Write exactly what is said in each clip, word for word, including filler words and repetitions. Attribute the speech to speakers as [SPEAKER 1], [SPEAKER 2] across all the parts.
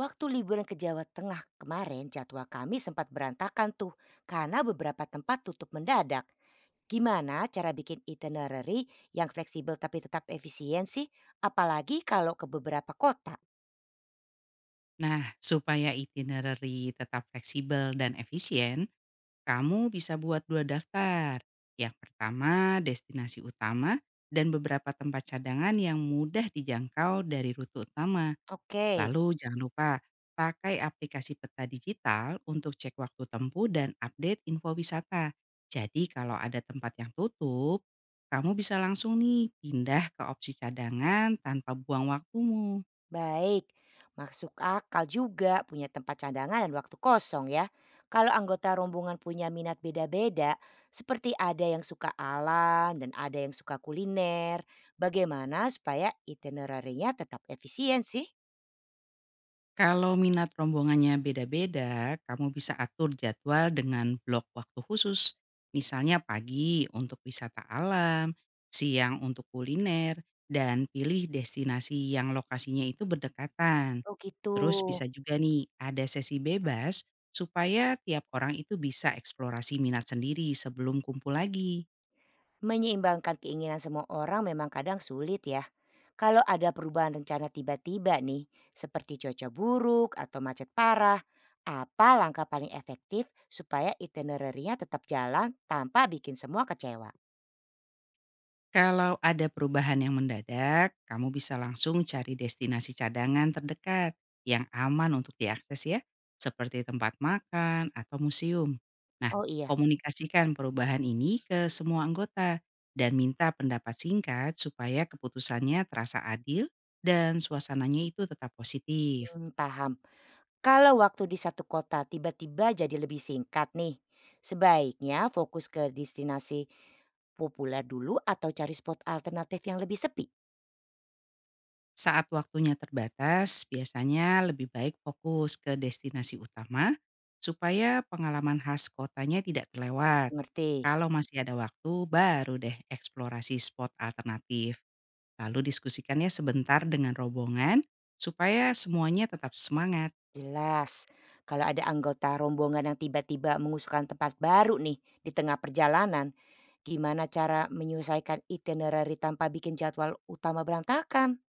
[SPEAKER 1] Waktu liburan ke Jawa Tengah kemarin jadwal kami sempat berantakan tuh karena beberapa tempat tutup mendadak. Gimana cara bikin itinerary yang fleksibel tapi tetap efisien sih? Apalagi kalau ke beberapa kota.
[SPEAKER 2] Nah, supaya itinerary tetap fleksibel dan efisien, kamu bisa buat dua daftar. Yang pertama, destinasi utama dan beberapa tempat cadangan yang mudah dijangkau dari rute utama.
[SPEAKER 1] Oke,
[SPEAKER 2] Lalu jangan lupa pakai aplikasi peta digital untuk cek waktu tempuh dan update info wisata. Jadi kalau ada tempat yang tutup, kamu bisa langsung nih pindah ke opsi cadangan tanpa buang waktumu.
[SPEAKER 1] baik. Masuk akal juga punya tempat cadangan dan waktu kosong ya. Kalau anggota rombongan punya minat beda-beda, seperti ada yang suka alam dan ada yang suka kuliner, bagaimana supaya itinerary-nya tetap efisien sih?
[SPEAKER 2] Kalau minat rombongannya beda-beda, kamu bisa atur jadwal dengan blok waktu khusus. Misalnya pagi untuk wisata alam, siang untuk kuliner, dan pilih destinasi yang lokasinya itu berdekatan.
[SPEAKER 1] Oh gitu.
[SPEAKER 2] Terus bisa juga nih ada sesi bebas supaya tiap orang itu bisa eksplorasi minat sendiri sebelum kumpul lagi.
[SPEAKER 1] Menyeimbangkan keinginan semua orang memang kadang sulit ya. Kalau ada perubahan rencana tiba-tiba nih, seperti cuaca buruk atau macet parah, apa langkah paling efektif supaya itinerary-nya tetap jalan tanpa bikin semua kecewa?
[SPEAKER 2] Kalau ada perubahan yang mendadak, kamu bisa langsung cari destinasi cadangan terdekat yang aman untuk diakses ya, seperti tempat makan atau museum. Nah,
[SPEAKER 1] Oh iya,
[SPEAKER 2] komunikasikan perubahan ini ke semua anggota dan minta pendapat singkat supaya keputusannya terasa adil dan suasananya itu tetap positif.
[SPEAKER 1] hmm, paham. Kalau waktu di satu kota tiba-tiba jadi lebih singkat nih, sebaiknya fokus ke destinasi populer dulu atau cari spot alternatif yang lebih sepi.
[SPEAKER 2] Saat waktunya terbatas, biasanya lebih baik fokus ke destinasi utama supaya pengalaman khas kotanya tidak terlewat.
[SPEAKER 1] Ngerti?
[SPEAKER 2] Kalau masih ada waktu, baru deh eksplorasi spot alternatif. Lalu diskusikannya sebentar dengan rombongan supaya semuanya tetap semangat.
[SPEAKER 1] Jelas, kalau ada anggota rombongan yang tiba-tiba mengusulkan tempat baru nih di tengah perjalanan, gimana cara menyelesaikan itinerary tanpa bikin jadwal utama berantakan?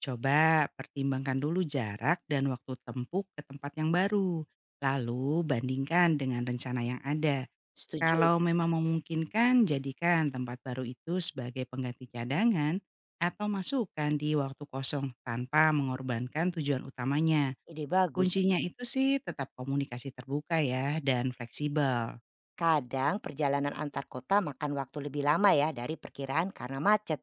[SPEAKER 2] Coba pertimbangkan dulu jarak dan waktu tempuh ke tempat yang baru. Lalu bandingkan dengan rencana yang ada.
[SPEAKER 1] Setuju,
[SPEAKER 2] Kalau memang memungkinkan, jadikan tempat baru itu sebagai pengganti cadangan atau masukan di waktu kosong tanpa mengorbankan tujuan utamanya.
[SPEAKER 1] ide bagus.
[SPEAKER 2] Kuncinya itu sih tetap komunikasi terbuka ya dan fleksibel.
[SPEAKER 1] Kadang perjalanan antar kota makan waktu lebih lama ya dari perkiraan karena macet.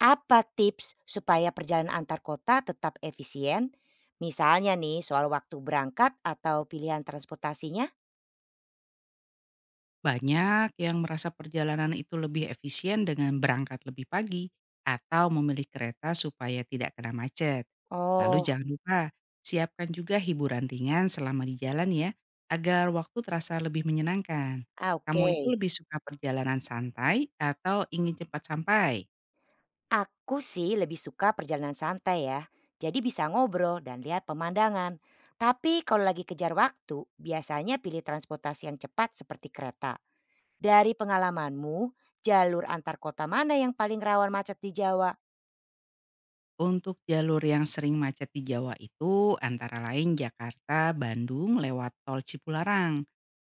[SPEAKER 1] Apa tips supaya perjalanan antar kota tetap efisien? Misalnya nih soal waktu berangkat atau pilihan transportasinya?
[SPEAKER 2] Banyak yang merasa perjalanan itu lebih efisien dengan berangkat lebih pagi atau memilih kereta supaya tidak kena macet. Lalu
[SPEAKER 1] Oh,
[SPEAKER 2] jangan lupa, siapkan juga hiburan ringan selama di jalan ya, agar waktu terasa lebih menyenangkan.
[SPEAKER 1] ah, oke.
[SPEAKER 2] Kamu itu lebih suka perjalanan santai atau ingin cepat sampai?
[SPEAKER 1] Aku sih lebih suka perjalanan santai ya, jadi bisa ngobrol dan lihat pemandangan. Tapi kalau lagi kejar waktu, biasanya pilih transportasi yang cepat seperti kereta. Dari pengalamanmu, jalur antar kota mana yang paling rawan macet di Jawa?
[SPEAKER 2] Untuk jalur yang sering macet di Jawa itu antara lain Jakarta, Bandung lewat tol Cipularang.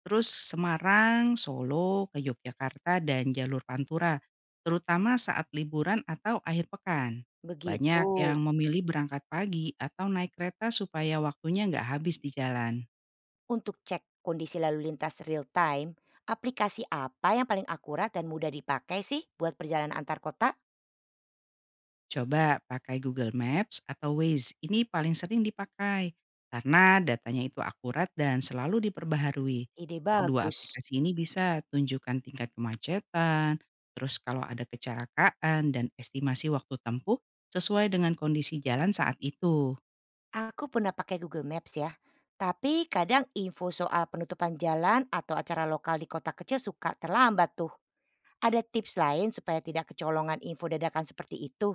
[SPEAKER 2] Terus Semarang, Solo, ke Yogyakarta dan jalur Pantura, terutama saat liburan atau akhir pekan. Banyak yang
[SPEAKER 1] Begitu.
[SPEAKER 2] memilih berangkat pagi atau naik kereta supaya waktunya nggak habis di jalan.
[SPEAKER 1] Untuk cek kondisi lalu lintas real time, aplikasi apa yang paling akurat dan mudah dipakai sih buat perjalanan antar kota?
[SPEAKER 2] Coba pakai Google Maps atau Waze. Ini paling sering dipakai karena datanya itu akurat dan selalu diperbaharui.
[SPEAKER 1] Ide
[SPEAKER 2] Kedua
[SPEAKER 1] bagus.
[SPEAKER 2] aplikasi ini bisa tunjukkan tingkat kemacetan, terus kalau ada kecelakaan dan estimasi waktu tempuh sesuai dengan kondisi jalan saat itu.
[SPEAKER 1] Aku pernah pakai Google Maps ya, tapi kadang info soal penutupan jalan atau acara lokal di kota kecil suka terlambat tuh. Ada tips lain supaya tidak kecolongan info dadakan seperti itu?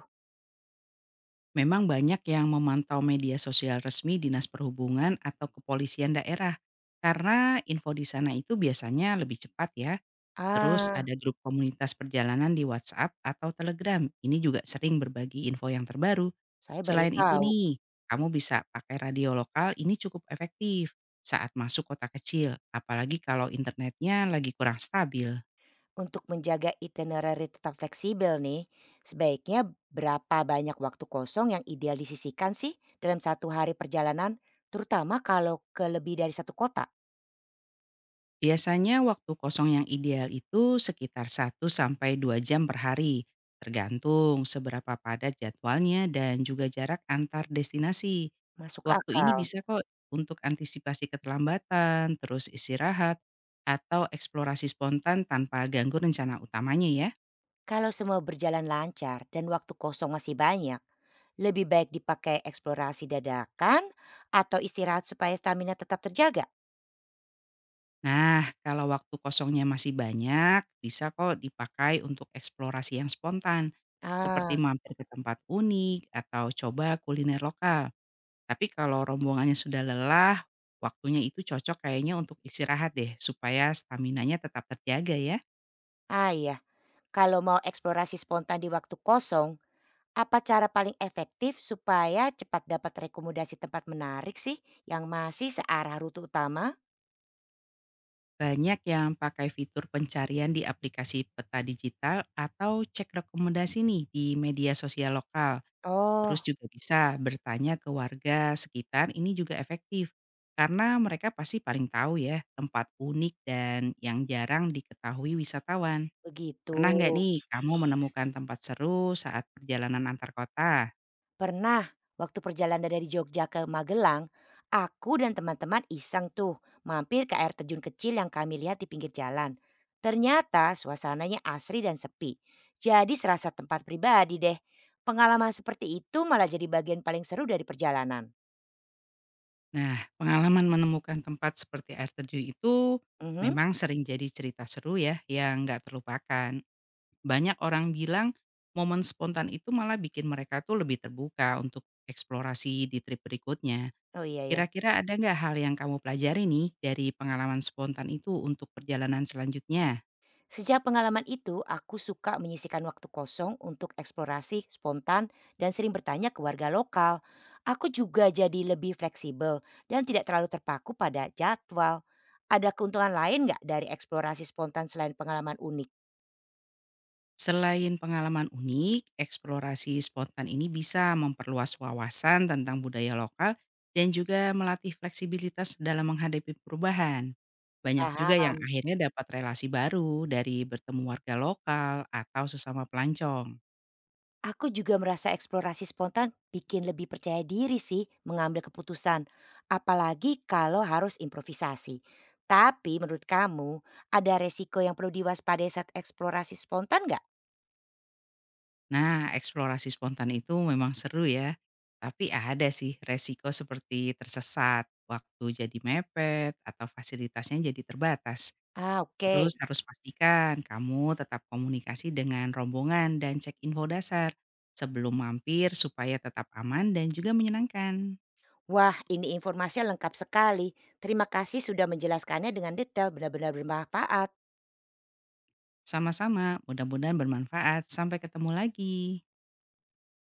[SPEAKER 2] Memang banyak yang memantau media sosial resmi Dinas Perhubungan atau kepolisian daerah karena info di sana itu biasanya lebih cepat ya. Terus
[SPEAKER 1] Ah,
[SPEAKER 2] ada grup komunitas perjalanan di WhatsApp atau Telegram. Ini juga sering berbagi info yang terbaru.
[SPEAKER 1] saya baru
[SPEAKER 2] Selain itu
[SPEAKER 1] tahu.
[SPEAKER 2] nih, kamu bisa pakai radio lokal, ini cukup efektif saat masuk kota kecil, apalagi kalau internetnya lagi kurang stabil.
[SPEAKER 1] Untuk menjaga itinerary tetap fleksibel nih, sebaiknya berapa banyak waktu kosong yang ideal disisihkan sih dalam satu hari perjalanan, terutama kalau ke lebih dari satu kota?
[SPEAKER 2] Biasanya waktu kosong yang ideal itu sekitar satu sampai dua jam per hari, tergantung seberapa padat jadwalnya dan juga jarak antar destinasi.
[SPEAKER 1] Masuk
[SPEAKER 2] Waktu ini
[SPEAKER 1] akal.
[SPEAKER 2] bisa kok untuk antisipasi keterlambatan, terus istirahat, atau eksplorasi spontan tanpa ganggu rencana utamanya ya.
[SPEAKER 1] Kalau semua berjalan lancar dan waktu kosong masih banyak, lebih baik dipakai eksplorasi dadakan atau istirahat supaya stamina tetap terjaga?
[SPEAKER 2] Nah, kalau waktu kosongnya masih banyak, bisa kok dipakai untuk eksplorasi yang spontan, seperti
[SPEAKER 1] Ah,
[SPEAKER 2] mampir ke tempat unik atau coba kuliner lokal. Tapi kalau rombongannya sudah lelah, waktunya itu cocok kayaknya untuk istirahat deh supaya staminanya tetap terjaga ya.
[SPEAKER 1] ah iya. Kalau mau eksplorasi spontan di waktu kosong, apa cara paling efektif supaya cepat dapat rekomendasi tempat menarik sih yang masih searah rute utama?
[SPEAKER 2] Banyak yang pakai fitur pencarian di aplikasi peta digital atau cek rekomendasi nih di media sosial lokal. Terus
[SPEAKER 1] Oh,
[SPEAKER 2] juga bisa bertanya ke warga sekitar, ini juga efektif. Karena mereka pasti paling tahu ya tempat unik dan yang jarang diketahui wisatawan.
[SPEAKER 1] begitu.
[SPEAKER 2] Pernah nggak nih kamu menemukan tempat seru saat perjalanan antar kota?
[SPEAKER 1] Pernah, waktu perjalanan dari Jogja ke Magelang, aku dan teman-teman iseng tuh mampir ke air terjun kecil yang kami lihat di pinggir jalan. Ternyata suasananya asri dan sepi. Jadi serasa tempat pribadi deh. Pengalaman seperti itu malah jadi bagian paling seru dari perjalanan.
[SPEAKER 2] Nah, pengalaman menemukan tempat seperti air terjun itu
[SPEAKER 1] Mhm.
[SPEAKER 2] memang sering jadi cerita seru ya yang nggak terlupakan. Banyak orang bilang momen spontan itu malah bikin mereka tuh lebih terbuka untuk eksplorasi di trip berikutnya.
[SPEAKER 1] Oh iya ya.
[SPEAKER 2] Kira-kira ada nggak hal yang kamu pelajari nih dari pengalaman spontan itu untuk perjalanan selanjutnya?
[SPEAKER 1] Sejak pengalaman itu, aku suka menyisikan waktu kosong untuk eksplorasi spontan dan sering bertanya ke warga lokal. Aku juga jadi lebih fleksibel dan tidak terlalu terpaku pada jadwal. Ada keuntungan lain nggak dari eksplorasi spontan selain pengalaman unik?
[SPEAKER 2] Selain pengalaman unik, eksplorasi spontan ini bisa memperluas wawasan tentang budaya lokal dan juga melatih fleksibilitas dalam menghadapi perubahan. Banyak juga
[SPEAKER 1] Paham.
[SPEAKER 2] yang akhirnya dapat relasi baru dari bertemu warga lokal atau sesama pelancong.
[SPEAKER 1] Aku juga merasa eksplorasi spontan bikin lebih percaya diri sih mengambil keputusan, apalagi kalau harus improvisasi. Tapi menurut kamu, ada resiko yang perlu diwaspadai saat eksplorasi spontan nggak?
[SPEAKER 2] Nah, eksplorasi spontan itu memang seru ya, tapi ada sih resiko seperti tersesat, waktu jadi mepet, atau fasilitasnya jadi terbatas.
[SPEAKER 1] Ah, oke.
[SPEAKER 2] Terus harus pastikan kamu tetap komunikasi dengan rombongan dan cek info dasar sebelum mampir supaya tetap aman dan juga menyenangkan.
[SPEAKER 1] Wah, ini informasinya lengkap sekali. Terima kasih sudah menjelaskannya dengan detail, benar-benar bermanfaat.
[SPEAKER 2] Sama-sama, mudah-mudahan bermanfaat. Sampai ketemu lagi.